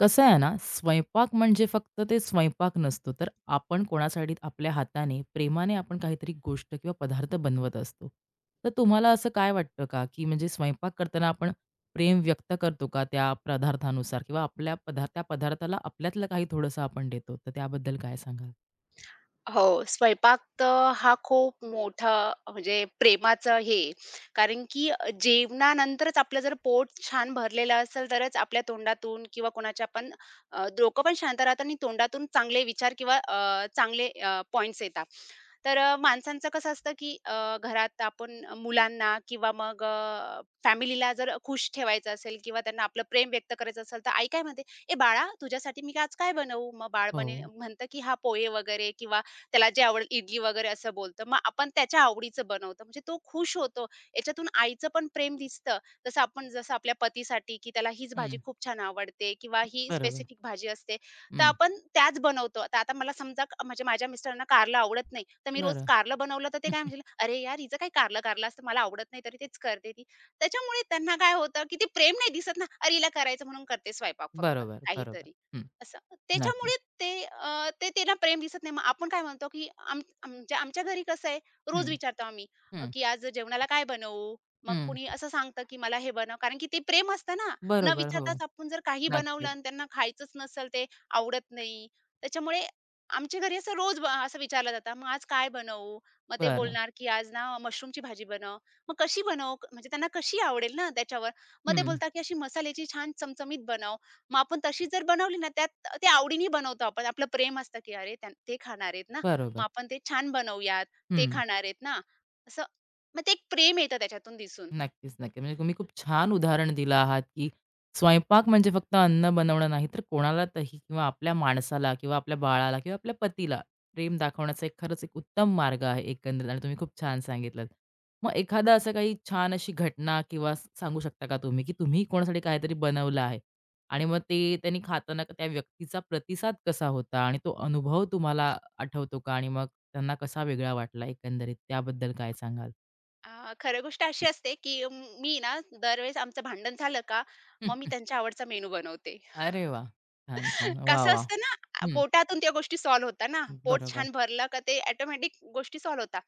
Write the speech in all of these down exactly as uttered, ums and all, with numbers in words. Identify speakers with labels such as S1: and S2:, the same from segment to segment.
S1: कसं आहे ना, स्वयंपाक म्हणजे फक्त ते स्वयंपाक नसतो. तर आपण कोणासाठी आपल्या हाताने, प्रेमाने आपण काहीतरी गोष्ट किंवा पदार्थ बनवत असतो. तर तुम्हाला असं काय वाटतं का, की म्हणजे स्वयंपाक करताना आपण प्रेम व्यक्त करतो का त्या पदार्थानुसार किंवा आपल्या पदार्थ त्या पदार्थाला आपल्यातलं काही थोडंसं आपण देतो. तर त्याबद्दल काय सांगाल?
S2: हो, स्वयंपाक तर हा खूप मोठा म्हणजे प्रेमाचं हे आहे. कारण की अ, जेवणानंतरच आपलं जर पोट छान भरलेलं असेल, तरच आपल्या तोंडातून किंवा कोणाच्या पण अ, डोकं पण शांत राहतं आणि तोंडातून चांगले विचार किंवा अ, चांगले अ, पॉइंट्स येतात. तर अ, माणसांचं कसं असतं, की अ, घरात आपण मुलांना किंवा मग फॅमिलीला जर खुश ठेवायचं असेल किंवा त्यांना आपलं प्रेम व्यक्त करायचं असेल, तर आई काय म्हणते, "ए बाळा, तुझ्यासाठी मी आज काय बनवू?" मग बाळ
S1: हो.
S2: बने म्हणतं, की "हां, पोहे वगैरे किंवा त्याला जे आवडेल इडली वगैरे असं बोलतं. मग आपण त्याच्या आवडीचं बनवतो. म्हणजे तो खुश होतो. याच्यातून आईचं पण प्रेम दिसतं. जसं आपण जसं आपल्या पतीसाठी, की त्याला हीच भाजी
S1: हं.
S2: खूप छान आवडते किंवा ही
S1: बरोबर.
S2: स्पेसिफिक भाजी असते, तर
S1: हं.
S2: आपण त्याच बनवतो. तर आता मला समजा क- म्हणजे माझ्या मिस्टरांना कारलं आवडत नाही, तर मी रोज
S1: बरं.
S2: कारलं बनवलं तर ते काय म्हणतील, "अरे यार, हिचं काय कारलं-कारलं असतं, मला आवडत नाही तरी तेच करते ती." त्याच्यामुळे त्यांना काय होतं, की ते प्रेम नाही दिसत ना, "अरे हिला करायचं म्हणून करते स्वयंपाक फक्त
S1: बरोबर, बरोबर.
S2: काहीतरी."
S1: हं.
S2: असं.
S1: नक्कीच.
S2: त्याच्यामुळे ते अ, ते त्यांना प्रेम दिसत नाही. मग आपण काय म्हणतो, की आम आमच्या आमच्या घरी कसं आहे, रोज
S1: हं,
S2: विचारतो आम्ही, अ,
S1: हं,
S2: की "आज जेवणाला काय बनवू?" मग
S1: हं.
S2: कुणी असं सांगतं, की "मला हे बनव." कारण की ते प्रेम असतं ना. न
S1: बरोबर. हो.
S2: विचारताच आपण जर काही बनवलं
S1: नक्कीच.
S2: आणि त्यांना खायचंच नसेल, ते आवडत नाही. त्याच्यामुळे आमच्या घरी असं रोज ब असं विचारलं जातं, "मग आज काय बनवू?" मग ते
S1: बरं.
S2: बोलणार, की "आज ना मशरूमची भाजी बनव." मग कशी बनवू? म्हणजे त्यांना कशी आवडेल ना त्याच्यावर. मग ते
S1: हं.
S2: बोलतात, की "अशी मसाल्याची छान चमचमीत बनव." मग आपण तशी जर बनवली ना, त्यात ते आवडीने बनवतो आपण. आपलं प्रेम असतं, की "अरे, त्यां ते खाणार आहेत ना, मग
S1: बरोबर.
S2: आपण ते छान बनवूयात. ते
S1: हं.
S2: खाणार आहेत ना." असं मग ते एक प्रेम येतं त्याच्यातून दिसून.
S1: नक्कीच, नक्की. म्हणजे तुम्ही खूप छान उदाहरण दिलं आहात, की स्वयंपाक म्हणजे फक्त अन्न बनवणं नाही, तर कोणाला तरी किंवा आपल्या माणसाला किंवा आपल्या बाळाला किंवा आपल्या पतीला प्रेम दाखवण्याचा एक खरंच एक उत्तम मार्ग आहे एकंदरीत आणि तुम्ही खूप छान सांगितलंत. मग एखादा असं काही छान अशी घटना किंवा स- सांगू शकता का तुम्ही, की तुम्ही कोणासाठी काहीतरी बनवलं आहे आणि मग ते त्यांनी खाताना त्या व्यक्तीचा प्रतिसाद कसा होता आणि तो अनुभव तुम्हाला आठवतो का आणि मग त्यांना कसा वेगळा वाटला एकंदरीत त्याबद्दल काय सांगाल?
S2: अ, खरी गोष्ट अशी असते, की अं, मी ना दरवेळेस आमचं भांडण झालं का, मग मी त्यांच्या आवडचा मेनू बनवते.
S1: अरे वाह! छान, छान. वाह,
S2: कसं
S1: वाह!
S2: असतं ना, अ,
S1: हं.
S2: पोटातून त्या गोष्टी सॉल्व्ह होता, ना. पोट
S1: बरोबर.
S2: छान भरलं का ते ऑटोमॅटिक गोष्टी सॉल्व्ह होता,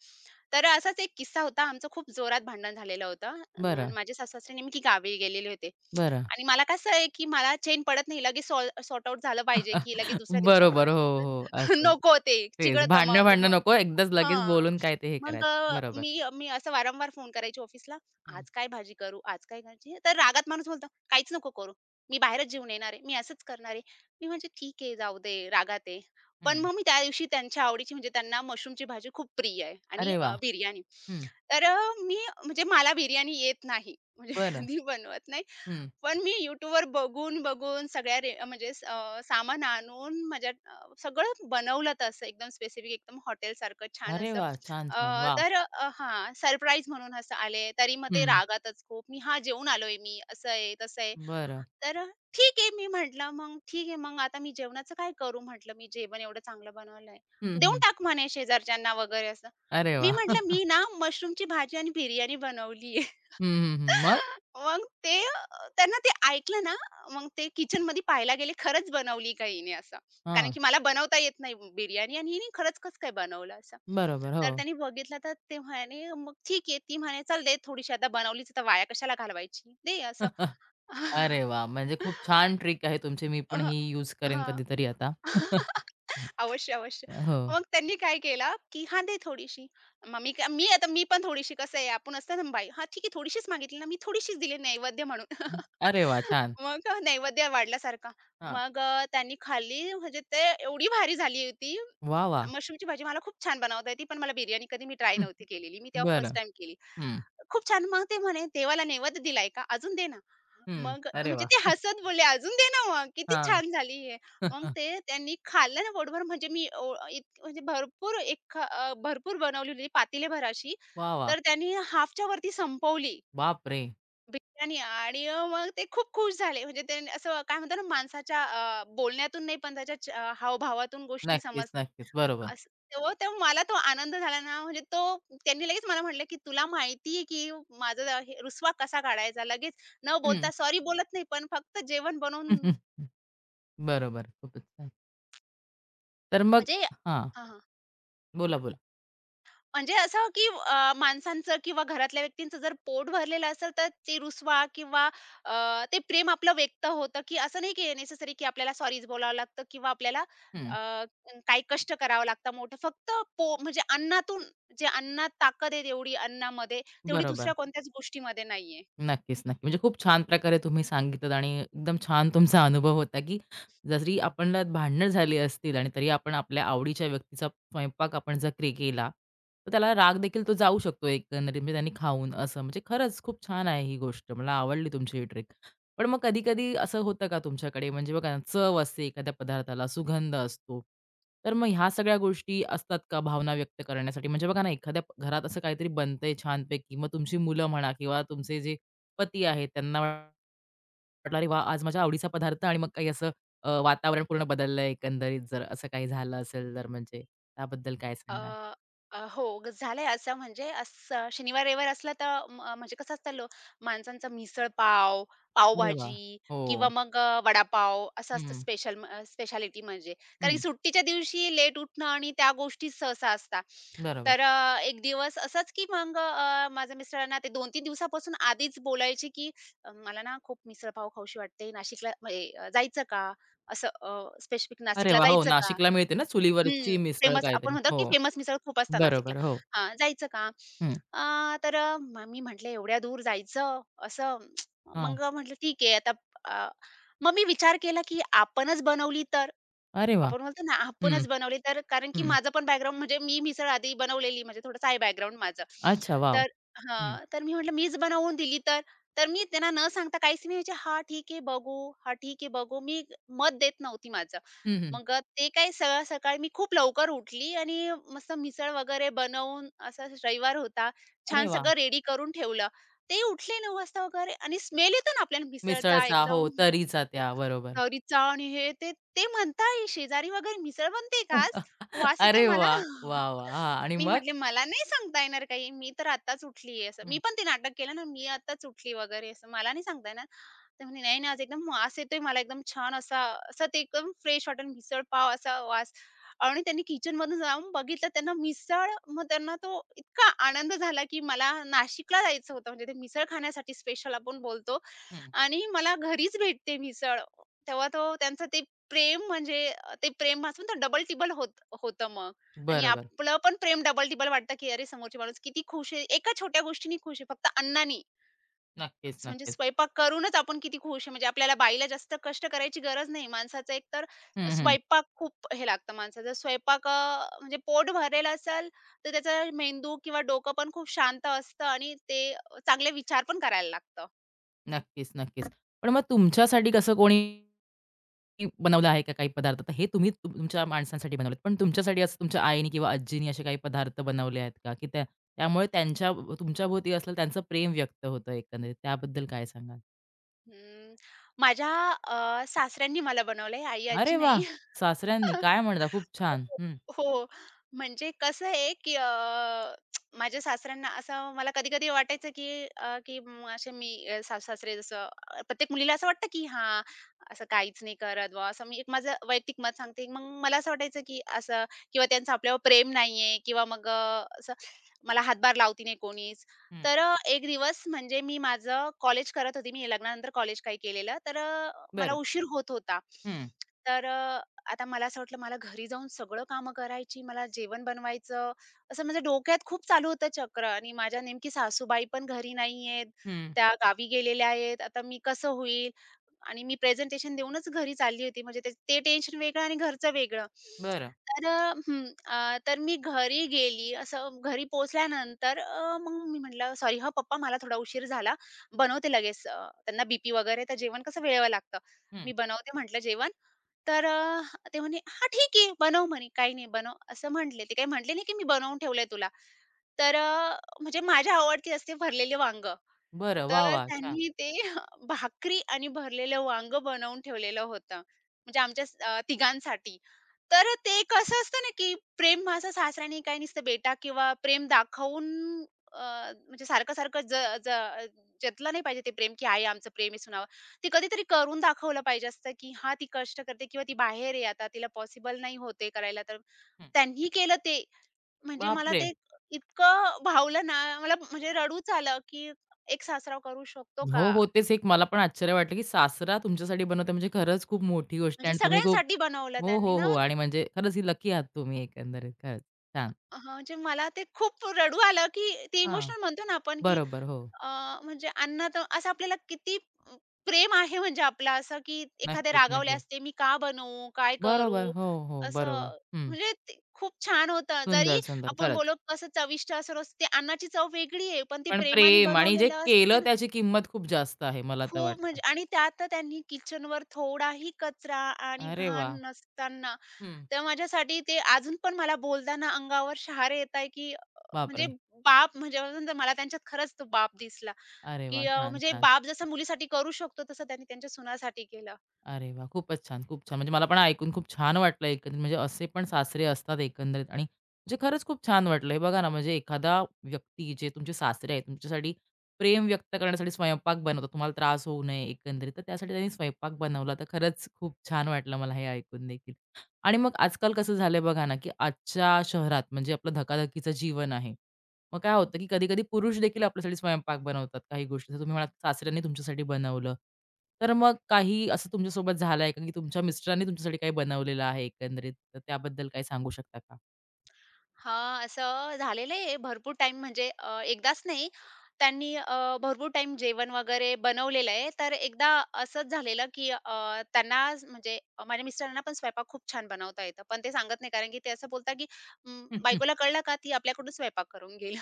S2: तर असाच एक किस्सा होता. आमचं खूप जोरात भांडण झालेलं होतं. अ,
S1: बरं,
S2: माझे सासू-सासरे नेमकी गावी गेलेले होते
S1: बरं.
S2: आणि मला कसं आहे, की मला चैन पडत नाही. लगेच सॉर्ट आउट झालं पाहिजे, की लगेच दुसऱ्या
S1: बरोबर. हो,
S2: दिवसापर्यंत
S1: हो. असं
S2: नको ते
S1: तेच
S2: चिघळतं मग
S1: भांडणं-भांडणं
S2: मग
S1: नको. एकदाच लगेच
S2: हां.
S1: बोलून काय ते हे
S2: मग
S1: करायचं.
S2: अ,
S1: बरोबर.
S2: मी मी असं वारंवार फोन करायची ऑफिसला,
S1: हं,
S2: "आज काय भाजी करू? आज काय?" करायची. तर रागात माणूस बोलतो, "काहीच नको करू. मी बाहेरच जेवून येणार आहे. मी असंच करणार मी म्हणजे ठीक आहे जाऊ दे, रागात आहे. पण
S1: हं.
S2: मग मी त्या दिवशी त्यांच्या आवडीची म्हणजे त्यांना मशरूमची भाजी खूप प्रिय आहे आणि
S1: अरे वा.
S2: अ, बिर्याणी.
S1: हं.
S2: तर अ, मी म्हणजे मला बिर्याणी येत नाही. म्हणजे
S1: बरं.
S2: कधी बनवत नाही.
S1: हं.
S2: पण मी YouTubeवर बघून, बघून सगळ्या रे म्हणजे स- अ, सामान आणून माझ्या अ, सगळं बनवलं तसं एकदम स्पेसिफिक एकदम हॉटेलसारखं छान
S1: अरे
S2: असं.
S1: वाह! छान,
S2: अ,
S1: छान. वाह!
S2: तर अ, हां, सरप्राईज म्हणून असं आले. तरी मग ते
S1: हं.
S2: रागातच खूप. मी "हां, जेवून आलोय मी." असं आहे, तसं आहे.
S1: बरं.
S2: तर अ, ठीक आहे. मी म्हटलं, "मग ठीक आहे, मग आता मी जेवणाचं काय करू?" म्हटलं, "मी जेवण एवढं चांगलं बनवलंय."
S1: हं,
S2: "देऊन
S1: हं.
S2: टाक" म्हणे शेजारच्यांना वगैरे असं.
S1: अरे
S2: मी
S1: वाह!
S2: म्हटलं, "मी ना मशरूमची भाजी आणि बिर्याणी बनवलीये."
S1: हं, हं, हं. मग?
S2: मग ते अ, त्यांना ते ऐकलं ना, मग ते किचनमध्ये पाहायला गेले, खरंच बनवली का हिने असं. कारण
S1: हां.
S2: की मला बनवता येत नाही बिर्याणी आणि हिने खरंच कसं काय बनवलं असं.
S1: बरोबर.
S2: तर
S1: हो.
S2: त्यांनी बघितलं तर ते म्हणे, "मग ठीक आहे." ती म्हणे, "चल दे थोडीशी आता बनवलीच तर वाया कशाला घालवायची, दे असं."
S1: अरे वाह! म्हणजे खूप छान ट्रिक आहे तुमची. मी पण ही यूज करेन
S2: हां.
S1: कधीतरी आता.
S2: अवश्य, अवश्य.
S1: हो.
S2: मग त्यांनी काय केलं, की "हां, दे थोडीशी." मग मी काय मी आता मी पण थोडीशी कसं आहे, आपण असतो ना बाई, "हां, ठीक आहे, थोडीशीच मागितली ना, मी थोडीशीच दिली नैवेद्य म्हणून."
S1: अरे वाह! छान.
S2: मग नैवेद्य वाढल्यासारखा.
S1: हां.
S2: मग अ, त्यांनी खाल्ली म्हणजे ते एवढी भारी झाली होती
S1: वाह, वाह!
S2: मशरूमची भाजी मला खूप छान बनवता येते, पण मला बिर्याणी कधी मी ट्राय
S1: हं,
S2: नव्हती केलेली. मी तेव्हा
S1: बरं.
S2: फर्स्ट टाईम केली.
S1: हं,
S2: खूप छान. मग ते म्हणे, "देवाला नैवेद्य दिलाय का? अजून दे ना."
S1: हं.
S2: मग
S1: अरे
S2: म्हणजे ते
S1: वाह!
S2: हसत बोलले, "अजून दे ना मग, किती
S1: हां.
S2: छान झाली हे." मग ते त्यांनी खाल्लं ना पोटभर म्हणजे मी ओ इत म्हणजे भरपूर एक अ, भरपूर बनवली होती पातेल्याभर अशी,
S1: वाह, वाह!
S2: तर त्यांनी हाल्फच्या वरती संपवली.
S1: बापरे!
S2: बिर्याणी आणि अ, मग ते खूप खुश झाले. म्हणजे ते असं काय म्हणतात ना, माणसाच्या अ, बोलण्यातून नाही, पण त्याच्या च अ, हावभावातून गोष्टी
S1: नक्कीच,
S2: समजतात.
S1: नक्कीच. बरोबर.
S2: असं तेव्हा तर मला तो आनंद झाला ना, म्हणजे तो त्यांनी लगेच मला म्हटलं, की "तुला माहिती आहे, की माझा जा- हे रुसवा कसा काढायचा?" लगेच न
S1: हं.
S2: बोलता सॉरी बोलत नाही, पण फक्त जेवण बनवून
S1: हं, हं, हं. बरोबर. खूपच छान. तर मग
S2: म्हणजे
S1: हां. बोला, बोला.
S2: म्हणजे असं हो की अ, माणसांचं किंवा घरातल्या व्यक्तींचं जर पोट भरलेलं असेल, तर ते रुसवा किंवा अ, ते प्रेम आपलं व्यक्त होतं, की असं नाही की नेसेसरी की आपल्याला सॉरीच बोलावं लागतं किंवा आपल्याला
S1: हं.
S2: अ, काही कष्ट करावं लागतं मोठं. फक्त पो म्हणजे अन्नातून जे अन्नात ताकद आहे तेवढी अन्नामध्ये, तेवढी
S1: बरोबर.
S2: दुसऱ्या कोणत्याच गोष्टीमध्ये नाहीये.
S1: नक्कीच, नक्की. म्हणजे खूप छान प्रकारे तुम्ही सांगितलत आणि एकदम छान तुमचा अनुभव होता, की जरी आपणला भांडणं झाली असतील आणि तरी आपण आपल्या आवडीच्या व्यक्तीचा स्वयंपाक आपण जर क्रे केला, तर त्याला राग देखील तो जाऊ शकतो एकंदरीत म्हणजे त्यांनी खाऊन असं. म्हणजे खरंच खूप छान आहे ही गोष्ट. मला आवडली तुमची ही ट्रिक. पण मग कधी-कधी असं होतं का तुमच्याकडे म्हणजे बघा ना, चव असते एखाद्या पदार्थाला, सुगंध असतो. तर मग ह्या सगळ्या गोष्टी असतात का भावना व्यक्त करण्यासाठी? म्हणजे बघा ना, एखाद्या प- घरात असं काहीतरी बनतंय छानपैकी, मग तुमची मुलं म्हणा किंवा तुमचे जे पती आहेत. त्यांना वाटलं, "अरे वाह! आज माझ्या आवडीचा पदार्थ" आणि मग काही असं अ, वातावरण पूर्ण बदललं एकंदरीत जर असं काही झालं असेल तर म्हणजे त्याबद्दल काय
S2: अ,
S1: सांगाल?
S2: अ, हो, ग- झालंय असं म्हणजे असं शनिवार, रविवार असला तर म म्हणजे कसं असतं लो माणसांचा मिसळ-पाव,
S1: अरे वा.
S2: पावभाजी
S1: हो.
S2: किंवा मग अ, वडापाव असं असतं
S1: हं,
S2: स्पेशल अ, स्पेशालिटी म्हणजे. कारण की
S1: हं.
S2: सुट्टीच्या दिवशी लेट उठणं आणि त्या गोष्टी सहसा असतात.
S1: बरोबर.
S2: तर अ, एक दिवस असंच की मग अ, माझ्या मिस्टरांना ते दोन ते तीन दिवसापासून आधीच बोलायचे की "अ, मला ना खूप मिसळ-पाव खाऊशी वाटते. नाशिकला म्हणजे अ, जायचं का?" असं स्पेसिफिक
S1: अरे
S2: "नाशिकला
S1: वाह! हो,
S2: जायचं का?"
S1: नाशिकला मिळते ना
S2: हं,
S1: चुलीवरची मिसळ
S2: फेमस आपण
S1: काहीतरी.
S2: म्हणतो
S1: हो,
S2: की फेमस मिसळ खूप असता नाशिकला.
S1: बरोबर. हो.
S2: हां, जायचं का?
S1: हं.
S2: अ, तर अ, म मी म्हटलं एवढ्या दूर जायचं असं.
S1: हां.
S2: मग म्हटलं ठीक आहे आता अ, मग मी विचार केला की आपणच बनवली तर?
S1: अरे वा.
S2: आपण बोलतो ना,
S1: हं,
S2: आपणच बनवली तर कारण की
S1: हं.
S2: माझं पण बॅकग्राऊंड म्हणजे मी मिसळ आधी बनवलेली म्हणजे थोडंसं आहे बॅकग्राऊंड माझं.
S1: अच्छा, वॉव!
S2: तर
S1: हं,
S2: हां, तर मी म्हटलं मीच बनवून दिली तर. तर मी त्यांना न सांगता काहीच नाही म्हणजे "हां, ठीक आहे बघू, हां, ठीक आहे बघू." मी मत देत नव्हती माझं.
S1: हं, हं.
S2: मग ते काय सरळ सकाळी मी खूप लवकर उठली आणि मस्त मिसळ वगैरे बनवून असा रविवार होता.
S1: अरे
S2: छान
S1: वाह!
S2: सगळं रेडी करून ठेवलं. ते उठले नऊ वाजता वगैरे आणि स्मेल येतो ना आपल्याला मिसळचा
S1: मिसळचा हो,
S2: एकदम.
S1: तर्रीचा त्या बरोबर.
S2: तवरी चाळ आणि हे ते, ते म्हणताय "शेजारी वगैरे मिसळ बनते का आज? वास येतोय
S1: अरे
S2: मला."
S1: वाह! वाह, वाह! हां आणि
S2: मी
S1: मग?
S2: म्हटले, "मला नाही सांगता येणार काही. मी तर आत्ताच उठलीये." असं. मी
S1: हं,
S2: पण ते नाटक केलं ना, "मी आत्ताच उठली" वगैरे असं. "मला नाही सांगता येणार." तर म्हणे, "नाही ना, आज एकदम वास येतोय मला एकदम छान असा." असं ते एकदम फ्रेश वाटेल मिसळ पाव असा वास आणि त्यांनी किचनमधून जाऊन बघितलं त्यांना मिसळ. मग त्यांना तो इतका आनंद झाला, की मला नाशिकला जायचं होतं. म्हणजे ते मिसळ खाण्यासाठी स्पेशल आपण बोलतो
S1: हं.
S2: आणि मला घरीच भेटते मिसळ. तेव्हा तो त्यांचं ते प्रेम म्हणजे अ, ते प्रेम असून तर डबल टिबल होत होतं मग आणि
S1: बरोबर.
S2: आपलं पण प्रेम डबल टिबल वाटतं, की अरे समोरची माणूस किती खुश आहे. एका छोट्या गोष्टीने खुश आहे, फक्त अन्नानी.
S1: नक्कीच,
S2: स- म्हणजे
S1: नक्कीच.
S2: स्वयंपाक करूनच आपण किती खुश आहे. म्हणजे आपल्याला बाईला जास्त कष्ट करायची गरज नाही. माणसाचं एक तर
S1: हं, हं.
S2: स्वयंपाक खूप हे लागतं माणसाचं. स्वयंपाक अ, म्हणजे पोट भरेल असेल, तर त्याचा मेंदू किंवा डोकं पण खूप शांत असतं आणि ते चांगले विचार पण करायला लागतं.
S1: नक्कीच, नक्कीच. पण मग तुमच्यासाठी कसं कोणी बनवलं आहे का काही पदार्थ? तर हे तुम्ही तुम- तुमच्या माणसांसाठी बनवलेत. पण तुमच्यासाठी असं तुमच्या आईने किंवा आजीनी असे काही पदार्थ बनवले आहेत का? की त्या त्यामुळे त्यांच्या तुमच्याभोवती असलेलं त्यांचं प्रेम व्यक्त होतं एकंदरीत. त्याबद्दल काय सांगाल?
S2: अं, माझ्या अ, सासऱ्यांनी मला बनवलंय,
S1: अरे
S2: आई-आजी
S1: वाह!
S2: नाही.
S1: सासऱ्यांनी.
S2: हो,
S1: काय म्हणता? खूप छान. हं,
S2: हो. म्हणजे कसं आहे, की अ, माझ्या सासऱ्यांना असं मला कधी-कधी वाटायचं, की अ, की म असे मी अ, सासू-सासरे जसं अ, प्रत्येक मुलीला असं वाटतं, की हां, असं काहीच नाही करत बुवा, असं मी एक माझं वैयक्तिक मत सांगते. मग मला असं वाटायचं, की असं किंवा त्यांचं आपल्यावर प्रेम नाहीये किंवा मग अ, असं मला हातभार लावती नाही कोणीच.
S1: हं.
S2: तर अ, एक दिवस म्हणजे मी माझं कॉलेज करत होती. मी लग्नानंतर कॉलेज काही केलेलं. तर अ, मला
S1: बरं.
S2: उशीर होत होता.
S1: हं,
S2: तर अ, आता मला असं वाटलं मला घरी जाऊन सगळं कामं करायची, मला जेवण बनवायचं, असं म्हणजे डोक्यात खूप चालू होतं चक्र आणि माझ्या नेमकी सासूबाई पण घरी नाहीयेत,
S1: हं.
S2: त्या गावी गेलेल्या आहेत. आता मी कसं होईल? आणि मी प्रेझेंटेशन देऊनच घरी चालली होती. म्हणजे ते ते टेन्शन वेगळं आणि घरचं वेगळं.
S1: बरं.
S2: तर अ, हं, अ, तर मी घरी गेली. असं घरी पोहोचल्यानंतर अ, मग मी म्हटलं, "सॉरी हं पप्पा, मला थोडा उशीर झाला. बनवते लगेच." अ, त्यांना बीपी वगैरे, तर जेवण कसं वेळेवर लागतं.
S1: हं.
S2: मी बनवते म्हटलं जेवण तर अ, ते म्हणे, "हां, ठीक आहे, बनव," म्हणे, "काही नाही, बनव." असं म्हटले. ते काही म्हटले नाही, की "मी बनवून ठेवलंय तुला." तर अ, म्हणजे माझ्या आवडती असते भरलेले वांगं.
S1: बरं. वाह,
S2: तर
S1: वाह! छान.
S2: त्यांनी ते भाकरी आणि भरलेलं वांगं बनवून ठेवलेलं होतं. म्हणजे आमच्या स अ, तिघांसाठी. तर ते कसं असतं ना, की प्रेम माझा सासऱ्याने काही नुसतं बेटा किंवा प्रेम दाखवून अ, म्हणजे सारखं-सारखं ज ज जतलं नाही पाहिजे ते प्रेम, की "आहे आमचं प्रेम आहे सुनावं." ते कधीतरी करून दाखवलं पाहिजे असतं, की हां, ती कष्ट करते किंवा ती बाहेर आहे आता तिला पॉसिबल नाही होत आहे करायला तर
S1: हं.
S2: त्यांनी केलं ते. म्हणजे मला
S1: बापरे!
S2: ते इतकं भावलं ना, मला म्हणजे रडूच आलं, की एक सासरा करू शकतो का?
S1: हो, हो. तेच एक मला पण आश्चर्य वाटलं, की सासरा तुमच्यासाठी बनवतो म्हणजे खरंच खूप मोठी गोष्ट आहे
S2: म्हणजे
S1: आणि तुम्ही खूप
S2: सगळ्यांसाठी बनवलं
S1: हो,
S2: त्यांनी
S1: हो,
S2: ना.
S1: हो. आणि म्हणजे खरंच ही लकी आहात तुम्ही एकंदरीत खरंच. छान.
S2: हं, म्हणजे मला ते खूप रडू आलं, की ते
S1: हां.
S2: इमोशनल म्हणतो ना आपण, की
S1: बरोबर. हो.
S2: अ, म्हणजे अन्नात असं आपल्याला किती अ, प्रेम आहे म्हणजे आपलं असं, की एखाद्या
S1: नक्कीच,
S2: रागावले
S1: नक्कीच.
S2: असते, "मी का बनवू? काय
S1: बरोबर.
S2: करू?"
S1: हो, हो. बरोबर.
S2: असं
S1: हं.
S2: म्हणजे ते खूप छान होतं.
S1: सुंदर,
S2: जरी
S1: सुंदर.
S2: आपण
S1: खरंच.
S2: बोललो कसं चविष्ट असं रोज ते अन्नाची चव वेगळी आहे, पण ते
S1: पण
S2: प्रेमाने
S1: प्रेम आणि जे
S2: बनवलेलं असतं
S1: केलं
S2: ना.
S1: त्याची किंमत खूप जास्त आहे मला तर
S2: खूप
S1: वाटतं.
S2: म्हणजे आणि त्यात तर त्यांनी किचनवर थोडाही कचरा आणि
S1: अरे
S2: घाण
S1: वाह!
S2: नसताना,
S1: हं.
S2: तर माझ्यासाठी ते अजून पण मला बोलताना अंगावर शहारे येत आहे, की अ, म्हणजे
S1: बापरे!
S2: बाप म्हणजे अजून तर मला त्यांच्यात खरंच तो बाप दिसला.
S1: अरे
S2: की
S1: वाह!
S2: अ,
S1: छान,
S2: म्हणजे
S1: छान.
S2: बाप जसं मुलीसाठी करू शकतो तसं त्यांनी त्यांच्या सुनासाठी केलं.
S1: अरे वाह! खूपच छान, खूप छान. म्हणजे मला पण ऐकून खूप छान वाटलं एकंदरीत. म्हणजे असे पण सासरे असतात एकंदरीत आणि म्हणजे खरंच खूप छान वाटलं. हे बघा ना, म्हणजे एखादा व्यक्ती जे तुमचे सासरे आहेत, तुमच्यासाठी प्रेम व्यक्त करण्यासाठी स्वयंपाक बनवतात, तुम्हाला त्रास होऊ नये एकंदरीत. तर त्यासाठी त्यांनी स्वयंपाक बनवला. तर खरंच खूप छान वाटलं मला हे ऐकून देखील. आणि मग आजकाल कसं झालंय बघा ना, की आजच्या शहरात म्हणजे आपलं धकाधकीचं जीवन आहे. मग काय होतं, की कधी-कधी पुरुष देखील आपल्यासाठी स्वयंपाक बनवतात काही गोष्टी. जसं तुम्ही म्हणालात सासऱ्यांनी तुमच्यासाठी बनवलं. तर मग काही असं तुमच्यासोबत झालंय का, की तुमच्या मिस्टरांनी तुमच्यासाठी काही बनवलेलं आहे एकंदरीत? तर त्याबद्दल काही सांगू शकता का?
S2: हां, असं झालेलं आहे भरपूर टाईम म्हणजे अ, एकदाच नाही. त्यांनी अ, भरपूर टाईम जेवण वगैरे बनवलेलं आहे. तर एकदा असंच झालेलं की अ, त्यांना ज- म्हणजे अं, माझ्या मिस्टरांना पण स्वयंपाक खूप छान बनवता येतं. पण ते सांगत नाही कारण की ते असं बोलतात की अं,
S1: हं, हं.
S2: बायकोला कळलं का ती आपल्याकडून स्वयंपाक करून घेईल.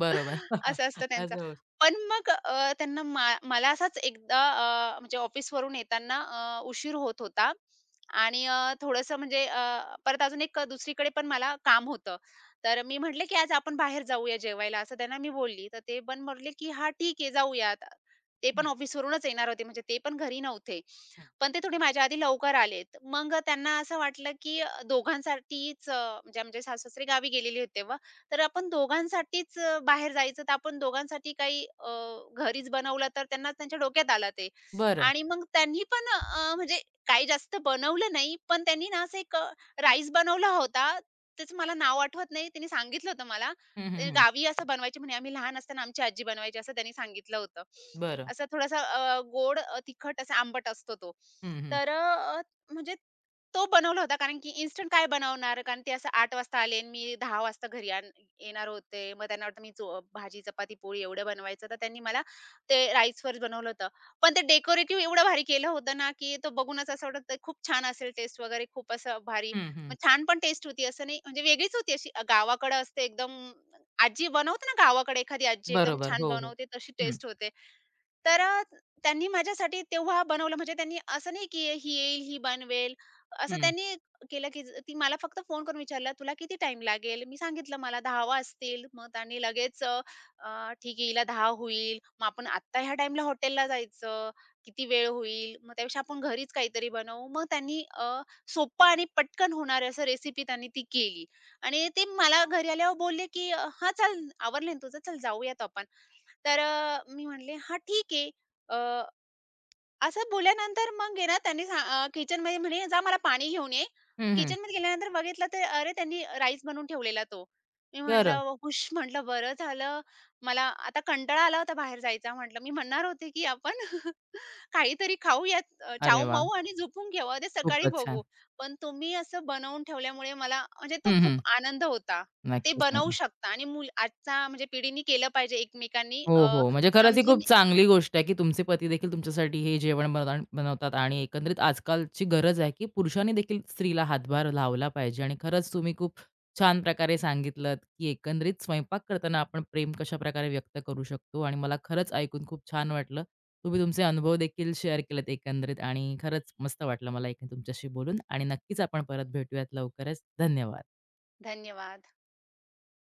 S1: बरोबर.
S2: असं असतं त्यांचं.
S1: असं होऊ शकतं.
S2: पण मग अ, त्यांना मा मला असाच एकदा अ, म्हणजे ऑफिसवरून येताना अ, उशीर होत होता आणि अ, थोडंसं म्हणजे अ, परत अजून एक दुसरीकडे पण मला काम होतं. तर मी म्हटले, की "आज आपण बाहेर जाऊया जेवायला," असं त्यांना मी बोलली. तर ते पण म्हटले, की "हां, ठीक आहे, जाऊया." आता ते पण
S1: हं,
S2: ऑफिसवरूनच येणार होते, म्हणजे ते पण घरी नव्हते.
S1: हं.
S2: पण ते थोडे माझ्या आधी लवकर आलेत. मग त्यांना असं वाटलं, की दोघांसाठीच अ, म्हणजे आमचे सासरे गावी गेलेले होते, तर आपण दोघांसाठीच अ, बाहेर जायचं, तर आपण दोघांसाठी काही अ, घरीच बनवलं तर त्यांना त्यांच्या डोक्यात आलं ते.
S1: बरं.
S2: आणि मग त्यांनी पण अ, म्हणजे काही जास्त बनवलं नाही, पण त्यांनी ना असं एक अ, राईस बनवला होता. त्याचं मला नाव आठवत नाही. त्यांनी सांगितलं होतं मला.
S1: हं,
S2: अ,
S1: हं, हं.
S2: गावी असं बनवायची म्हणे आम्ही लहान असताना आमची आजी बनवायची असं त्यांनी सांगितलं होतं.
S1: बरं.
S2: असं थोडासा अ, गोड, अ, तिखट, असा आंबट असतो तो.
S1: हं, हं.
S2: तर अ, म्हणजे तो बनवला होता कारण की इन्स्टंट काय बनवणार? कारण ते असं आठ वाजता आले आणि मी दहा वाजता घरी आण येणार होते. मग त्यांना वाटतं मी चो भाजी, चपाती, पोळी एवढं बनवायचं. तर त्यांनी मला ते राईस फर्स्ट बनवलं होतं. पण ते डेकोरेटिव्ह एवढं भारी केलं होतं ना, की तो बघूनच असं वाटत खूप छान असेल टेस्ट वगैरे खूप असं भारी.
S1: हं, हं.
S2: मग छान पण टेस्ट होती असं नाही म्हणजे वेगळीच होती अशी अ, गावाकडं असते एकदम. आजी बनवते ना गावाकडे एखादी आजी एकदम
S1: बरोबर.
S2: छान
S1: हो, हो.
S2: बनवते तशी
S1: हं,
S2: टेस्ट होते. तर अ, त्यांनी माझ्यासाठी तेव्हा बनवलं म्हणजे त्यांनी असं नाही की ही येईल, ही बनवेल. असं
S1: हं.
S2: त्यांनी केलं की ज- ती मला फक्त फोन करून विचारलं, "तुला किती टाईम लागेल?" मी सांगितलं, "मला दहा वाजतील." मग त्यांनी लगेच अ, अ, "ठीक आहे, हिला दहा होईल. मग आपण आत्ता ह्या टाईमला हॉटेलला जायचं. किती वेळ होईल? मग त्यापेक्षा आपण घरीच काहीतरी बनवू." मग त्यांनी अ, सोप्पं आणि पटकन होणारं असं रेसिपी त्यांनी ती केली आणि ते मला घरी आल्यावर बोलले, की "हां, चल आवरलं ना तुझं, चल जाऊयात आपण." तर अ, मी म्हटले, "हां, ठीक आहे." अ, असं बोलल्यानंतर मग आहे ना त्यांनी सा अ, किचनमध्ये म्हणे, "जा मला पाणी घेऊन ये."
S1: हं, हं.
S2: किचनमध्ये गेल्यानंतर बघितलं तर अरे, त्यांनी राईस बनवून ठेवलेला तो. मी
S1: बरं.
S2: म्हटलं, "हुश!" म्हटलं, "बरं झालं." मला आता कंटाळा आला होता बाहेर जायचा. म्हटलं, मी म्हणणार होते, की आपण काहीतरी खाऊयात, अ,
S1: अरे वाह!
S2: चावमाऊ आणि झोपून घेऊ. उद्या सकाळी
S1: खूपच छान.
S2: बघू. पण तुम्ही असं बनवून ठेवल्यामुळे मला म्हणजे तो
S1: हं, हं.
S2: खूप आनंद होता. ते
S1: नक्कीच,
S2: बनवू
S1: नक्कीच.
S2: शकता आणि मूल आजचा म्हणजे पिढीने केलं पाहिजे एकमेकांनी
S1: हो,
S2: अ,
S1: हो. म्हणजे खरंच ही
S2: समजून
S1: खूप चांगली गोष्ट आहे, की तुमचे पती देखील तुमच्यासाठी हे जेवण बनवता बनवतात आणि एकंदरीत आजकालची गरज आहे, की पुरुषांनी देखील स्त्रीला हातभार लावला पाहिजे आणि खरंच तुम्ही खूप छान प्रकारे सांगितलत, की एकंदरीत स्वयंपाक करताना आपण प्रेम कशाप्रकारे व्यक्त करू शकतो आणि मला खरंच ऐकून खूप छान वाटलं. तुम्ही तुमचे अनुभव देखील शेअर केलेत एकंदरीत आणि खरंच मस्त वाटलं मला एक तुमच्याशी बोलून आणि नक्कीच आपण परत भेटूयात लवकरच. धन्यवाद.
S2: धन्यवाद.